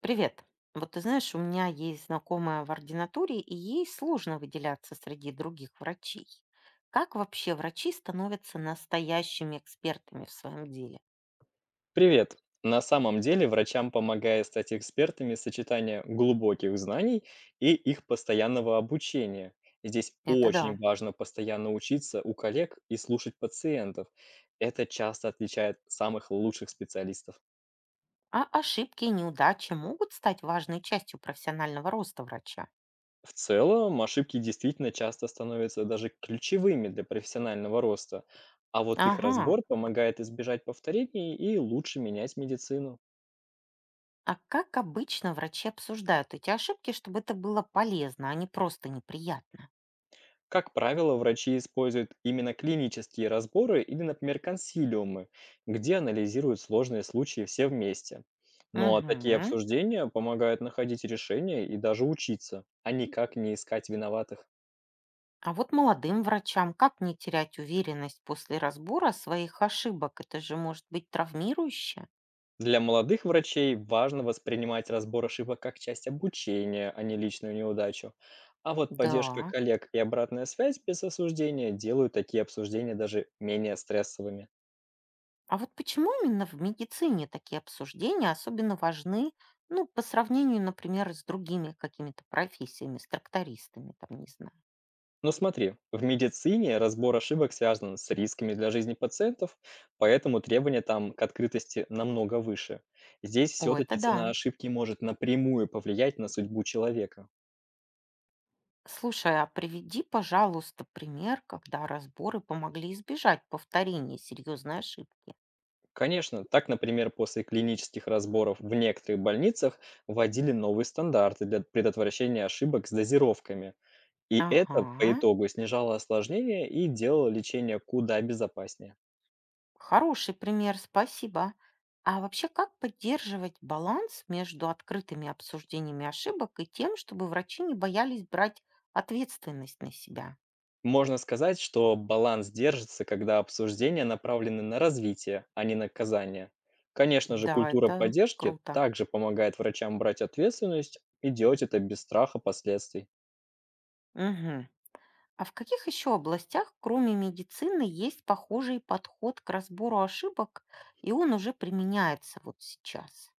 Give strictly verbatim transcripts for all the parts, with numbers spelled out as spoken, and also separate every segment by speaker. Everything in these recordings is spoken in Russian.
Speaker 1: Привет. Вот ты знаешь, у меня есть знакомая в ординатуре, и ей сложно выделяться среди других врачей. Как вообще врачи становятся настоящими экспертами в своем деле?
Speaker 2: Привет! На самом деле врачам помогает стать экспертами сочетание глубоких знаний и их постоянного обучения. Здесь
Speaker 1: Это
Speaker 2: очень
Speaker 1: да.
Speaker 2: важно постоянно учиться у коллег и слушать пациентов. Это часто отличает самых лучших специалистов.
Speaker 1: А ошибки и неудачи могут стать важной частью профессионального роста врача.
Speaker 2: В целом, ошибки действительно часто становятся даже ключевыми для профессионального роста, а вот их
Speaker 1: Ага.
Speaker 2: разбор помогает избежать повторений и лучше менять медицину.
Speaker 1: А как обычно врачи обсуждают эти ошибки, чтобы это было полезно, а не просто неприятно?
Speaker 2: Как правило, врачи используют именно клинические разборы или, например, консилиумы, где анализируют сложные случаи все вместе. Но такие
Speaker 1: Угу.
Speaker 2: обсуждения помогают находить решения и даже учиться, а никак не искать виноватых.
Speaker 1: А вот молодым врачам как не терять уверенность после разбора своих ошибок? Это же может быть травмирующе.
Speaker 2: Для молодых врачей важно воспринимать разбор ошибок как часть обучения, а не личную неудачу. А вот поддержка
Speaker 1: Да.
Speaker 2: коллег и обратная связь без осуждения делают такие обсуждения даже менее стрессовыми.
Speaker 1: А вот почему именно в медицине такие обсуждения особенно важны, ну, по сравнению, например, с другими какими-то профессиями, с трактористами, там, не знаю.
Speaker 2: Ну смотри, в медицине разбор ошибок связан с рисками для жизни пациентов, поэтому требования там к открытости намного выше. Здесь
Speaker 1: О, это
Speaker 2: все-таки цена
Speaker 1: да.
Speaker 2: ошибки может напрямую повлиять на судьбу человека.
Speaker 1: Слушай, а приведи, пожалуйста, пример, когда разборы помогли избежать повторения серьезной ошибки.
Speaker 2: Конечно, так, например, после клинических разборов в некоторых больницах вводили новые стандарты для предотвращения ошибок с дозировками. И это по
Speaker 1: Ага.
Speaker 2: итогу снижало осложнения и делало лечение куда безопаснее.
Speaker 1: Хороший пример, спасибо. А вообще, как поддерживать баланс между открытыми обсуждениями ошибок и тем, чтобы врачи не боялись брать ответственность на себя?
Speaker 2: Можно сказать, что баланс держится, когда обсуждения направлены на развитие, а не наказание. Конечно же,
Speaker 1: Да,
Speaker 2: культура
Speaker 1: это
Speaker 2: поддержки
Speaker 1: круто.
Speaker 2: также помогает врачам брать ответственность и делать это без страха последствий.
Speaker 1: Мгм. А в каких еще областях, кроме медицины, есть похожий подход к разбору ошибок, и он уже применяется вот сейчас?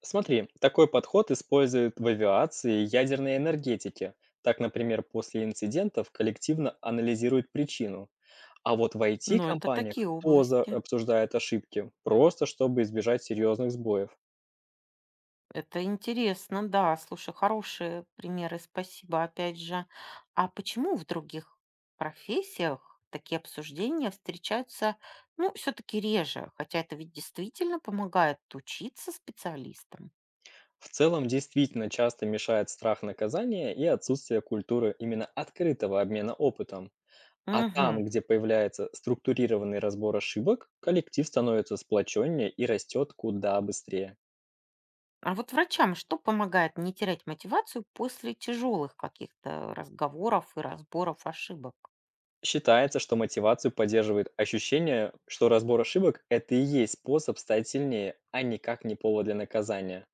Speaker 2: Смотри, такой подход используют в авиации и ядерной энергетике. Так, например, после инцидентов коллективно анализируют причину. А вот в
Speaker 1: Ну, это
Speaker 2: I T-компаниях
Speaker 1: такие
Speaker 2: тоже
Speaker 1: области.
Speaker 2: обсуждают ошибки, просто чтобы избежать серьезных сбоев.
Speaker 1: Это интересно, да. Слушай, хорошие примеры, спасибо, опять же. А почему в других профессиях такие обсуждения встречаются, ну, все-таки реже, хотя это ведь действительно помогает учиться специалистам?
Speaker 2: В целом, действительно часто мешает страх наказания и отсутствие культуры именно открытого обмена опытом. А
Speaker 1: Мгм.
Speaker 2: там, где появляется структурированный разбор ошибок, коллектив становится сплоченнее и растет куда быстрее.
Speaker 1: А вот врачам что помогает не терять мотивацию после тяжелых каких-то разговоров и разборов ошибок?
Speaker 2: Считается, что мотивацию поддерживает ощущение, что разбор ошибок — это и есть способ стать сильнее, а никак не повод для наказания.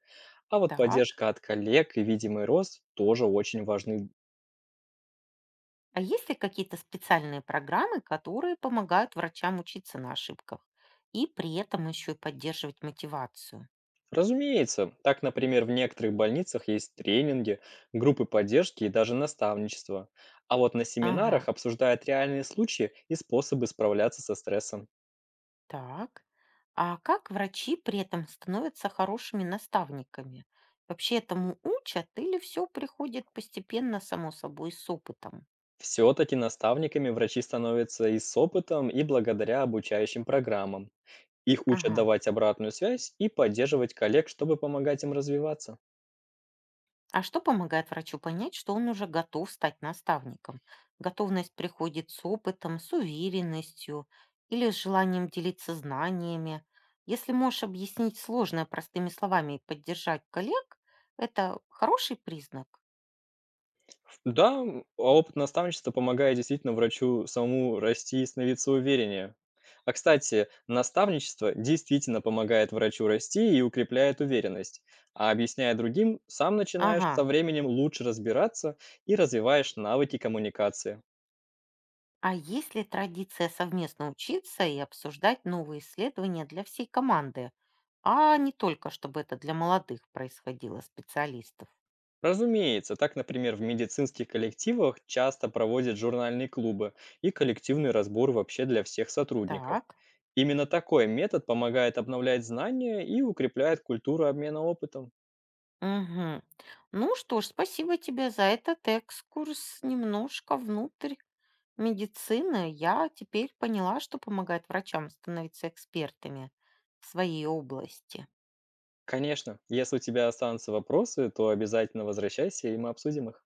Speaker 2: А вот
Speaker 1: Так.
Speaker 2: поддержка от коллег и видимый рост тоже очень важны.
Speaker 1: А есть ли какие-то специальные программы, которые помогают врачам учиться на ошибках и при этом еще и поддерживать мотивацию?
Speaker 2: Разумеется, так, например, в некоторых больницах есть тренинги, группы поддержки и даже наставничество. А вот на
Speaker 1: Ага,
Speaker 2: семинарах обсуждают реальные случаи и способы справляться со стрессом.
Speaker 1: так. А как врачи при этом становятся хорошими наставниками? Вообще этому учат или все приходит постепенно, само собой, с опытом?
Speaker 2: Все-таки наставниками врачи становятся и с опытом, и благодаря обучающим программам. Их учат
Speaker 1: Ага.
Speaker 2: давать обратную связь и поддерживать коллег, чтобы помогать им развиваться.
Speaker 1: А что помогает врачу понять, что он уже готов стать наставником? Готовность приходит с опытом, с уверенностью или с желанием делиться знаниями. Если можешь объяснить сложное простыми словами и поддержать коллег, это хороший признак.
Speaker 2: Да, м, а опыт наставничества помогает действительно врачу самому расти и становиться увереннее. А кстати, наставничество действительно помогает врачу расти и укрепляет уверенность. А объясняя другим, сам начинаешь
Speaker 1: Ага.
Speaker 2: со временем лучше разбираться и развиваешь навыки коммуникации.
Speaker 1: А если традиция совместно учиться и обсуждать новые исследования для всей команды, а не только чтобы это для молодых происходило специалистов?
Speaker 2: Разумеется, так, например, в медицинских коллективах часто проводят журнальные клубы и коллективный разбор вообще для всех сотрудников.
Speaker 1: Так.
Speaker 2: Именно такой метод помогает обновлять знания и укрепляет культуру обмена опытом.
Speaker 1: Мгм. Ну что ж, спасибо тебе за этот экскурс немножко внутрь медицины. Я теперь поняла, что помогает врачам становиться экспертами в своей области.
Speaker 2: Конечно, если у тебя останутся вопросы, то обязательно возвращайся, и мы обсудим их.